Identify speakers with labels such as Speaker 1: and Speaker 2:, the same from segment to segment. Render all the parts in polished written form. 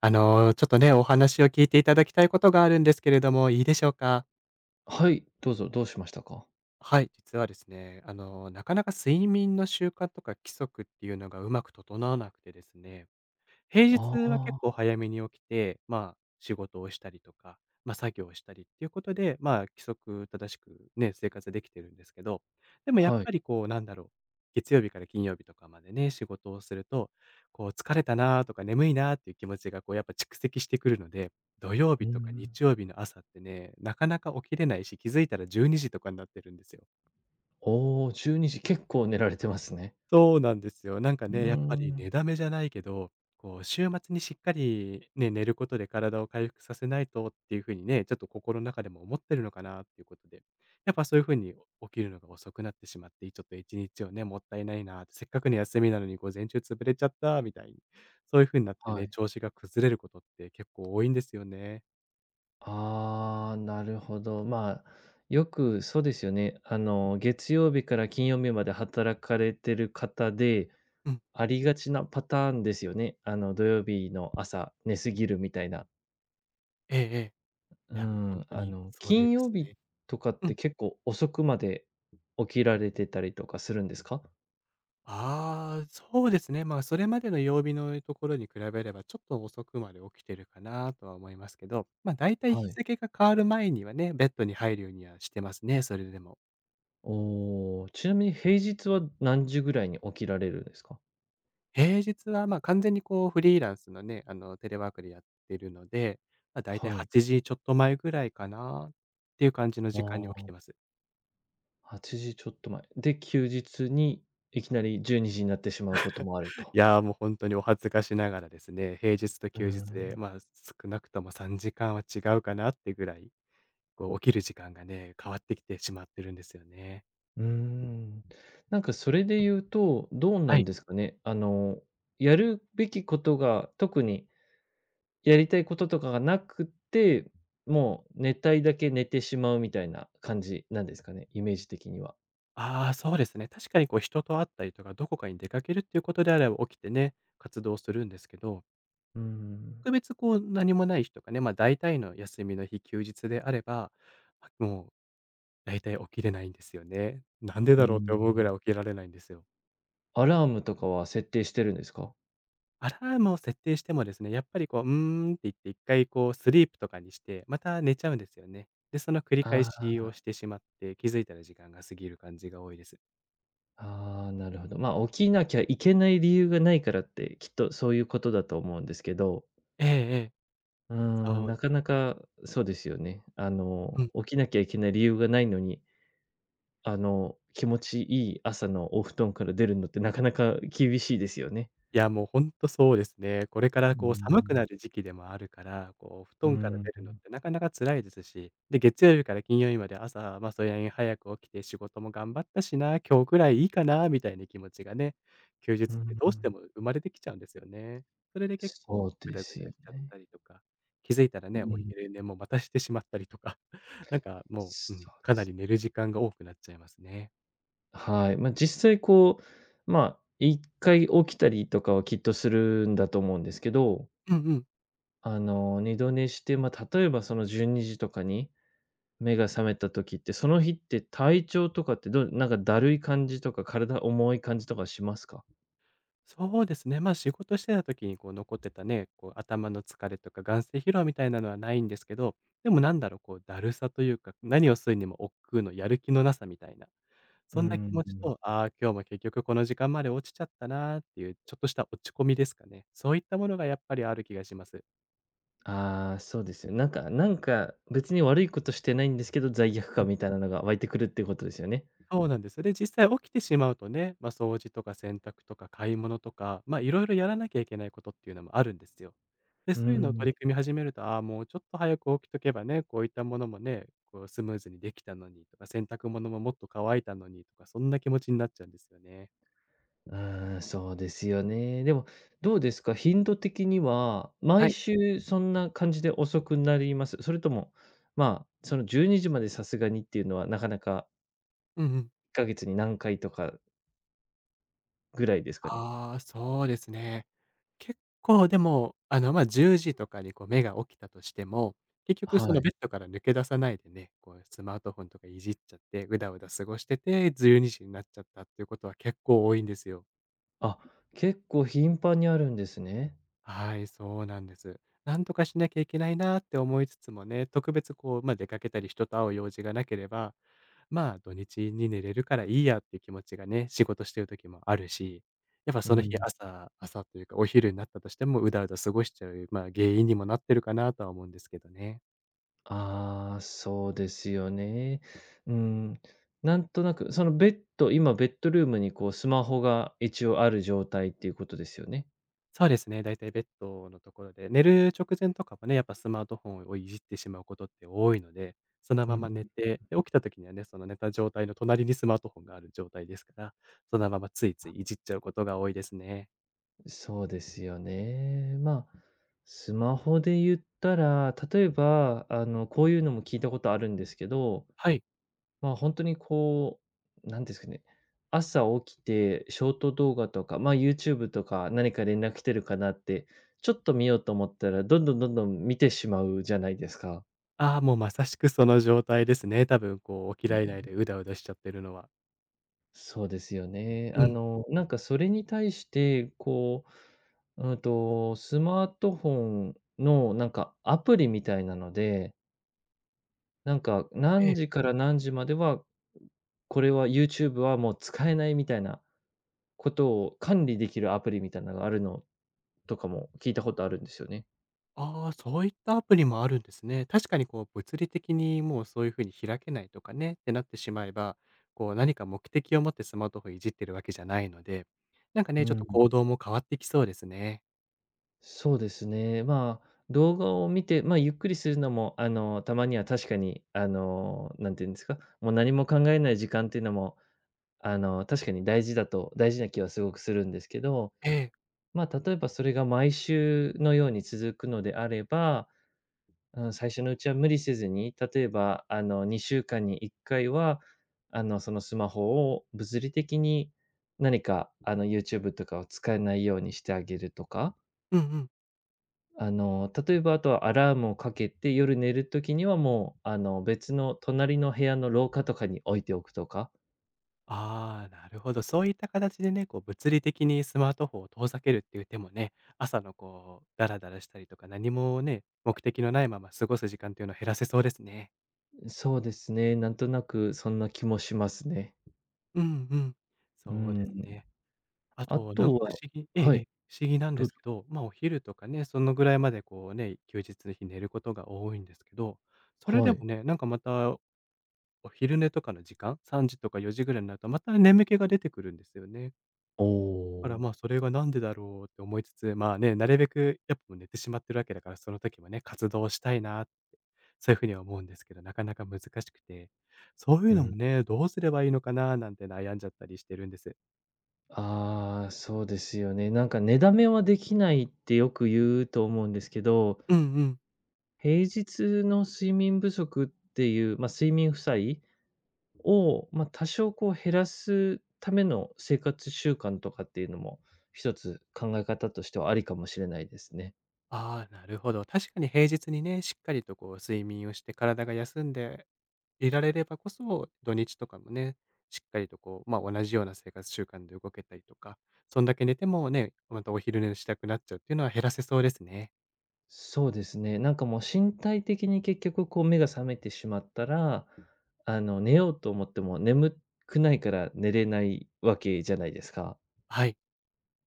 Speaker 1: ちょっとね、お話を聞いていただきたいことがあるんですけれども、いいでしょうか？
Speaker 2: はい、どうぞ、どうしましたか？
Speaker 1: はい、実はですね、なかなか睡眠の習慣とか規則っていうのがうまく整わなくてですね。平
Speaker 2: あ
Speaker 1: 日は結構
Speaker 2: あ、
Speaker 1: 早めに起きて、まあ、仕事をしたりとか、作業をしたりっていうことで、まあ、規則正しくね、生活できてるんですけど、でもやっ
Speaker 2: はい。
Speaker 1: ぱりこう、なんだろう、月曜日から金曜日とかまでね、仕事をすると、こう疲れたなーとか眠いなーっていう気持ちがこうやっぱ蓄積してくるので、土曜
Speaker 2: うー
Speaker 1: 日とか
Speaker 2: ん。
Speaker 1: 日曜日の朝ってね、なかなか起きれないし、気づいたら12時とかになってるんですよ。
Speaker 2: おお、12時、結構寝られてますね。
Speaker 1: そうなんですよ。なんか
Speaker 2: うー
Speaker 1: ね、やっぱり寝
Speaker 2: ん。
Speaker 1: だめじゃないけど、こう週末にしっかりね、寝ることで体を回復させないとっていうふうにね、ちょっと心の中でも思ってるのかなっていうことで、やっぱそういう風に起きるのが遅くなってしまって、ちょっと1日をね、もったいないなって、せっかくの休みなのに午前中潰れちゃったみたいに、そういう風になって
Speaker 2: は
Speaker 1: ね、
Speaker 2: い。
Speaker 1: 調子が崩れることって結構多いんですよね。
Speaker 2: ああ、なるほど。まあ、よくそうですよね。月曜日から金曜日まで働かれてる方で、
Speaker 1: うん。
Speaker 2: ありがちなパターンですよね。土曜日の朝、寝すぎるみたいな。
Speaker 1: ええええ。い
Speaker 2: う
Speaker 1: や、もう本
Speaker 2: ん、
Speaker 1: 当にそれで
Speaker 2: 金
Speaker 1: す
Speaker 2: 曜日
Speaker 1: ね。
Speaker 2: とかっ
Speaker 1: う
Speaker 2: て
Speaker 1: ん。
Speaker 2: 結構遅くまで起きられてたりとかするんですか？
Speaker 1: ああ、そうですね。まあ、それまでの曜日のところに比べれば、ちょっと遅くまで起きてるかなとは思いますけど、まあ、大体
Speaker 2: は
Speaker 1: 日
Speaker 2: い。
Speaker 1: 付が変わる前にはね、ベッドに入るようにはしてますね、それでも。
Speaker 2: おお、ちなみに平日は何時ぐらいに起きられるんですか？
Speaker 1: 平日は、まあ、完全にこう、フリーランスのね、テレワークでやってるので、まあ、大体
Speaker 2: はい。
Speaker 1: 8時ちょっと前ぐらいかなっていう感じの時間に
Speaker 2: あ
Speaker 1: 起き
Speaker 2: あ、
Speaker 1: てます。
Speaker 2: 8時ちょっと前。で、休日にいきなり12時にじになってしまうこともあると。
Speaker 1: いやー、もう本当にお恥ずかしながらですね、平日と
Speaker 2: うー
Speaker 1: 休日で、
Speaker 2: ん。
Speaker 1: まあ、少なくとも3時間は違うかなってぐらいこう起きる時間がね、変わってきてしまってるんですよね。
Speaker 2: うーん。なんかそれで言うと、どう
Speaker 1: は
Speaker 2: なん
Speaker 1: い。
Speaker 2: ですかね。やるべきことが、特にやりたいこととかがなくて、もう寝たいだけ寝てしまうみたいな感じなんですかね、イメージ的には。
Speaker 1: ああ、そうですね。確かにこう人と会ったりとか、どこかに出かけるっていうことであれば起きてね、活動するんですけど、
Speaker 2: うーん。
Speaker 1: 特別こう何もない日とかね、大体の休みの日、休日であれば、もう大体起きれないんですよね。なんで
Speaker 2: う
Speaker 1: だ
Speaker 2: ー
Speaker 1: ろうって思うぐ
Speaker 2: ん。
Speaker 1: らい起きられないんですよ。
Speaker 2: アラームとかは設定してるんですか？
Speaker 1: アラームを設定してもですね、やっぱりこう、うーんって言って一回こうスリープとかにして、また寝ちゃうんですよね。で、その繰り返
Speaker 2: あ
Speaker 1: しを
Speaker 2: あ。
Speaker 1: してしまって、気づいたら時間が過ぎる感じが多いです。
Speaker 2: ああ、なるほど。まあ、起きなきゃいけない理由がないからって、きっとそういうことだと思うんですけど、
Speaker 1: ええええ。
Speaker 2: うー
Speaker 1: そ
Speaker 2: ん、
Speaker 1: う
Speaker 2: なかなかそうですよね。
Speaker 1: うん。
Speaker 2: 起きなきゃいけない理由がないのに、気持ちいい朝のお布団から出るのってなかなか厳しいですよね。
Speaker 1: いや、もうほんとそうですね。これか
Speaker 2: う
Speaker 1: ら
Speaker 2: ー
Speaker 1: こう寒く
Speaker 2: ん、
Speaker 1: なる時期でもあるから、こう布
Speaker 2: うー
Speaker 1: 団から
Speaker 2: ん、
Speaker 1: 出るのってなかなか辛いですし、で、月曜日から金曜日まで朝、ま、それなりに早く起きて仕事も頑張ったしな、今日ぐらいいいかなみたいな気持ちがね、休日っ
Speaker 2: う
Speaker 1: て
Speaker 2: ー
Speaker 1: どうして
Speaker 2: ん。
Speaker 1: も生まれてきちゃうんですよね。それで結
Speaker 2: そ
Speaker 1: 構
Speaker 2: う
Speaker 1: ぐ
Speaker 2: で
Speaker 1: だぐ
Speaker 2: す
Speaker 1: だ
Speaker 2: よ
Speaker 1: しちゃっ
Speaker 2: ね。
Speaker 1: たりとか、気づいたら
Speaker 2: う
Speaker 1: ね、お
Speaker 2: ん。
Speaker 1: 昼寝もまたしてしまったりとか、なんかもう、うん、
Speaker 2: そうで
Speaker 1: かな
Speaker 2: す。
Speaker 1: り寝る時間が多くなっちゃいますね。
Speaker 2: はい。まあ、実際こう、まあ、1回起きたりとかはきっとするんだと思うんですけど、
Speaker 1: うんうん。
Speaker 2: 2度寝して、まあ、例えばその12時とかに目が覚めた時って、その日って体調とかってどうなんかだるい感じとか、体重い感じとかしますか？
Speaker 1: そうですね。まあ、仕事してた時にこう残ってたね、こう頭の疲れとか眼性疲労みたいなのはないんですけど、でもなんだろう、こうだるさというか、何をするにも億劫のやる気のなさみたいな、
Speaker 2: う
Speaker 1: そんな気
Speaker 2: ん、
Speaker 1: 持ちと、ああ、今日も結局この時間まで落ちちゃったなーっていう、ちょっとした落ち込みですかね。そういったものがやっぱりある気がします。
Speaker 2: ああ、そうですよ。なんか別に悪いことしてないんですけど、罪悪感みたいなのが湧いてくるっていうことですよね。
Speaker 1: そうなんです。で、実際起きてしまうとね、まあ、掃除とか洗濯とか買い物とか、まあ、いろいろやらなきゃいけないことっていうのもあるんですよ。で、
Speaker 2: うー
Speaker 1: そういうのを
Speaker 2: ん。
Speaker 1: 取り組み始めると、ああ、もうちょっと早く起きとけばね、こういったものもね、こうスムーズにできたのにとか、洗濯物ももっと乾いたのにとか、そんな気持ちになっちゃうんですよね。
Speaker 2: うーん、そうですよね。でも、どうですか、頻度的には、
Speaker 1: は
Speaker 2: 毎
Speaker 1: い。
Speaker 2: 週そんな感じで遅くなります？それとも、まあ、その12時までさすがにっていうのは、なかなか
Speaker 1: うんうん。
Speaker 2: 1か月に何回とかぐらいですかね？
Speaker 1: ああ、そうですね。結構でも、まあ、10時とかにこう目が起きたとしても、結局そ
Speaker 2: は
Speaker 1: の
Speaker 2: い。
Speaker 1: ベッドから抜け出さないでね、こうスマートフォンとかいじっちゃって、うだうだ過ごしてて、12時になっちゃったっていうことは結構多いんですよ。
Speaker 2: あ、結構頻繁にあるんですね。
Speaker 1: はい、そうなんです。なんとかしなきゃいけないなって思いつつもね、特別こう、まあ、出かけたり人と会う用事がなければ、まあ、土日に寝れるからいいやっていう気持ちがね、仕事してる時もあるし、やっぱ
Speaker 2: う
Speaker 1: その日
Speaker 2: ん。
Speaker 1: 朝というか、お昼になったとしても、うだうだ過ごしちゃう、まあ、原因にもなってるかなとは思うんですけどね。
Speaker 2: ああ、そうですよね。うん。なんとなく、そのベッド今ベッドルームにこうスマホが一応ある状態っていうことですよね？
Speaker 1: そうですね、だいたいベッドのところで、寝る直前とかもね、やっぱスマートフォンをいじってしまうことって多いので、その
Speaker 2: う
Speaker 1: ま
Speaker 2: ん。
Speaker 1: ま寝て、で、起きた時にはね、その寝た状態の隣にスマートフォンがある状態ですから、そのままついついいじっちゃうことが多いですね。
Speaker 2: そうですよね。まあ、スマホで言ったら、例えば、こういうのも聞いたことあるんですけど、
Speaker 1: はい。
Speaker 2: まあ、本当にこう、なんですかね、朝起きてショート動画とか、まあ、YouTube とか何か連絡来てるかなって、ちょっと見ようと思ったら、どんどんどんどん見てしまうじゃないですか。
Speaker 1: ああ、もうまさしくその状態ですね。多分こう、おき
Speaker 2: う
Speaker 1: らい
Speaker 2: ん。
Speaker 1: 内でうだうだしちゃってるのは。
Speaker 2: そうですよね。
Speaker 1: うん。
Speaker 2: なんかそれに対して、こう、スマートフォンのなんかアプリみたいなのでなんか、
Speaker 1: え
Speaker 2: 何
Speaker 1: え。
Speaker 2: 時から何時までは、これは YouTube はもう使えないみたいなことを管理できるアプリみたいなのがあるのとかも聞いたことあるんですよね。
Speaker 1: ああ、そういったアプリもあるんですね。確かにこう、物理的にもうそういう風に開けないとかね、ってなってしまえば、こう何か目的を持ってスマートフォンいじってるわけじゃないので、なんかね、
Speaker 2: う
Speaker 1: ちょっと
Speaker 2: ん。
Speaker 1: 行動も変わってきそうですね。
Speaker 2: そうですね。まあ、動画を見て、まあ、ゆっくりするのも、たまには確かに、なんていうんですか、もう何も考えない時間っていうのも、確かに大事な気はすごくするんですけど、
Speaker 1: ええ。
Speaker 2: まあ、例えばそれが毎週のように続くのであれば、うん、最初のうちは無理せずに、例えば、2週間に1回は、そのスマホを物理的に何か、YouTube とかを使えないようにしてあげるとか、
Speaker 1: うんうん。
Speaker 2: 例えば、あとはアラームをかけて、夜寝る時にはもう、別の隣の部屋の廊下とかに置いておくとか、
Speaker 1: ああ、なるほど。そういった形でね、こう物理的にスマートフォンを遠ざけるっていう手もね、朝のこう、ダラダラしたりとか、何もね、目的のないまま過ごす時間っていうのを減らせそうですね。
Speaker 2: そうですね、なんとなくそんな気もしますね。
Speaker 1: うんうん。
Speaker 2: う
Speaker 1: そうです
Speaker 2: ん。
Speaker 1: ね。あ
Speaker 2: あ
Speaker 1: と、
Speaker 2: と
Speaker 1: なんか不
Speaker 2: は
Speaker 1: 思議ええ
Speaker 2: は
Speaker 1: え
Speaker 2: い、
Speaker 1: え、不思議なんで
Speaker 2: どう
Speaker 1: す
Speaker 2: ぞ。
Speaker 1: けど、ま、お昼とかね、そのぐらいまでこうね、休日の日寝ることが多いんですけど、それで
Speaker 2: は
Speaker 1: も
Speaker 2: い。
Speaker 1: ね、なんかまたお昼寝とかの時間、3時とか4時ぐらいになると、また眠気が出てくるんですよね。
Speaker 2: お
Speaker 1: だから、まあ、
Speaker 2: お、
Speaker 1: それがなんでだろうって思いつつ、まあね、なるべくやっぱ寝てしまってるわけだから、その時はね、活動したいな、そういうふうには思うんですけど、なかなか難しくて、そうい
Speaker 2: う
Speaker 1: うの
Speaker 2: ん。
Speaker 1: もね、どうすればいいのかななんて悩んじゃったりしてるんです。
Speaker 2: ああ、そうですよね。なんか寝だめはできないってよく言うと思うんですけど、
Speaker 1: うんうん。
Speaker 2: 平日の睡眠不足っていう、まあ、睡眠負債を、まあ、多少こう減らすための生活習慣とかっていうのも、一つ考え方としてはありかもしれないですね。
Speaker 1: ああ、なるほど。確かに平日にね、しっかりとこう睡眠をして体が休んでいられればこそ、土日とかもね、しっかりとこう、まあ同じような生活習慣で動けたりとか、そんだけ寝てもね、またお昼寝したくなっちゃうっていうのは減らせそうですね。
Speaker 2: そうですね。なんかもう身体的に結局こう目が覚めてしまったら、寝ようと思っても眠くないから寝れないわけじゃないですか。
Speaker 1: はい。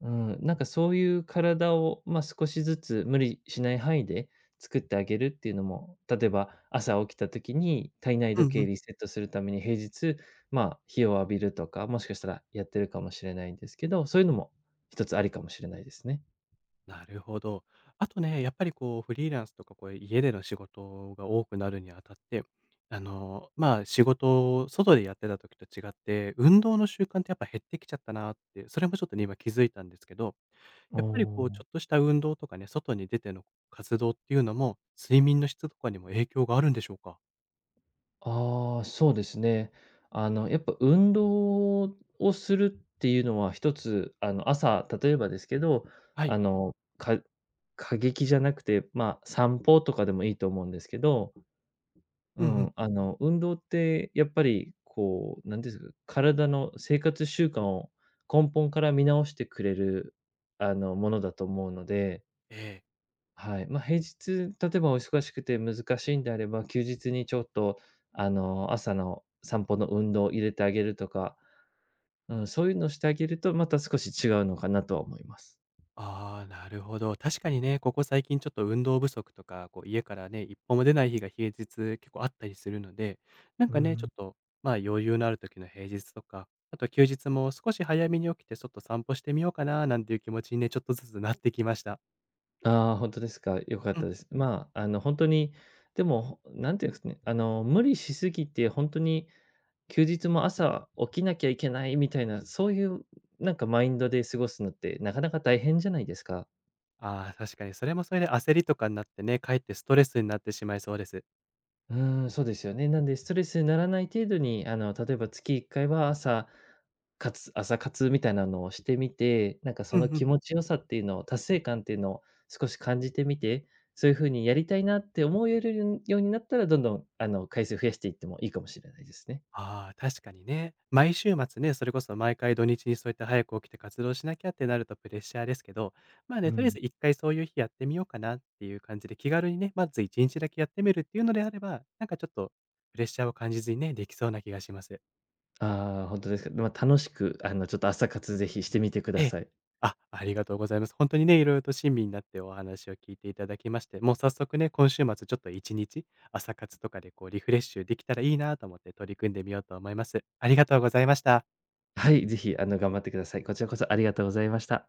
Speaker 2: うん、なんかそういう体を、まあ、少しずつ無理しない範囲で作ってあげるっていうのも、例えば朝起きた時に体内
Speaker 1: う
Speaker 2: 時
Speaker 1: うんう
Speaker 2: 計
Speaker 1: ん。
Speaker 2: リセットするために平日、まあ、日を浴びるとか、もしかしたらやってるかもしれないんですけど、そういうのも一つありかもしれないですね。
Speaker 1: なるほど。あとね、やっぱりこう、フリーランスとか、こう、家での仕事が多くなるにあたって、まあ、仕事を外でやってた時と違って、運動の習慣ってやっぱ減ってきちゃったなって、それもちょっとね、今気づいたんですけど、やっぱりこう、ちょ
Speaker 2: あ
Speaker 1: っとした運動とかね、外に出ての活動っていうのも、睡眠の質とかにも影響があるんでしょうか？
Speaker 2: ああ、そうですね。やっぱ運動をするっていうのは一つ、朝、例えばですけど、
Speaker 1: はい。
Speaker 2: あの、か過激じゃなくて、まあ、散歩とかでもいいと思うんですけど、う
Speaker 1: うんうん。
Speaker 2: ん、運動ってやっぱりこう、なんていうんですか、体の生活習慣を根本から見直してくれる、ものだと思うので、
Speaker 1: ええ
Speaker 2: はい。まあ、平日、例えばお忙しくて難しいんであれば、休日にちょっと、朝の散歩の運動を入れてあげるとか、うん、そういうのをしてあげると、また少し違うのかなとは思います。
Speaker 1: ああ、なるほど。確かにね、ここ最近ちょっと運動不足とか、こう家からね、一歩も出ない日が平日結構あったりするので、なん
Speaker 2: う
Speaker 1: かね、ちょ
Speaker 2: ん。
Speaker 1: っと、まあ余裕のある時の平日とか、あと休日も少し早めに起きて外散歩してみようかななんていう気持ちにね、ちょっとずつなってきました。
Speaker 2: ああ、本当ですか。良かっ
Speaker 1: う
Speaker 2: た
Speaker 1: ん。
Speaker 2: です。まあ、本当に、でも、なんていうんですかね、無理しすぎて、本当に休日も朝起きなきゃいけないみたいな、そういうなんかマインドで過ごすのって、なかなか大変じゃないですか。
Speaker 1: ああ、確かにそれもそれで焦りとかになってね、かえってストレスになってしまいそうです。
Speaker 2: うーん、そうですよね。なんでストレスにならない程度に、例えば月1回は朝活みたいなのをしてみて、なんか
Speaker 1: う
Speaker 2: そ
Speaker 1: ん
Speaker 2: の
Speaker 1: う
Speaker 2: 気
Speaker 1: ん
Speaker 2: 持ちよさっていうのを、達成感っていうのを少し感じてみて、そういう風にやりたいなって思えるようになったら、どんどん、回数増やしていってもいいかもしれないですね。
Speaker 1: ああ、確かにね。毎週末ね、それこそ毎回土日にそうやって早く起きて活動しなきゃってなるとプレッシャーですけど、まあ
Speaker 2: う
Speaker 1: ね、とりあえ
Speaker 2: ん。
Speaker 1: ず1回そういう日やってみようかなっていう感じで気軽にね、まず1日だけやってみるっていうのであれば、なんかちょっとプレッシャーを感じずにね、できそうな気がします。
Speaker 2: ああ、本当ですか。まあ、楽しく、ちょっと朝活ぜひしてみてく
Speaker 1: え
Speaker 2: だ
Speaker 1: え。
Speaker 2: さい。
Speaker 1: あ、ありがとうございます。本当にね、色々と親身になってお話を聞いていただきまして、もう早速ね、今週末ちょっと1日、朝活とかでこうリフレッシュできたらいいなと思って取り組んでみようと思います。ありがとうございました。
Speaker 2: はい、ぜひ、頑張ってください。こちらこそありがとうございました。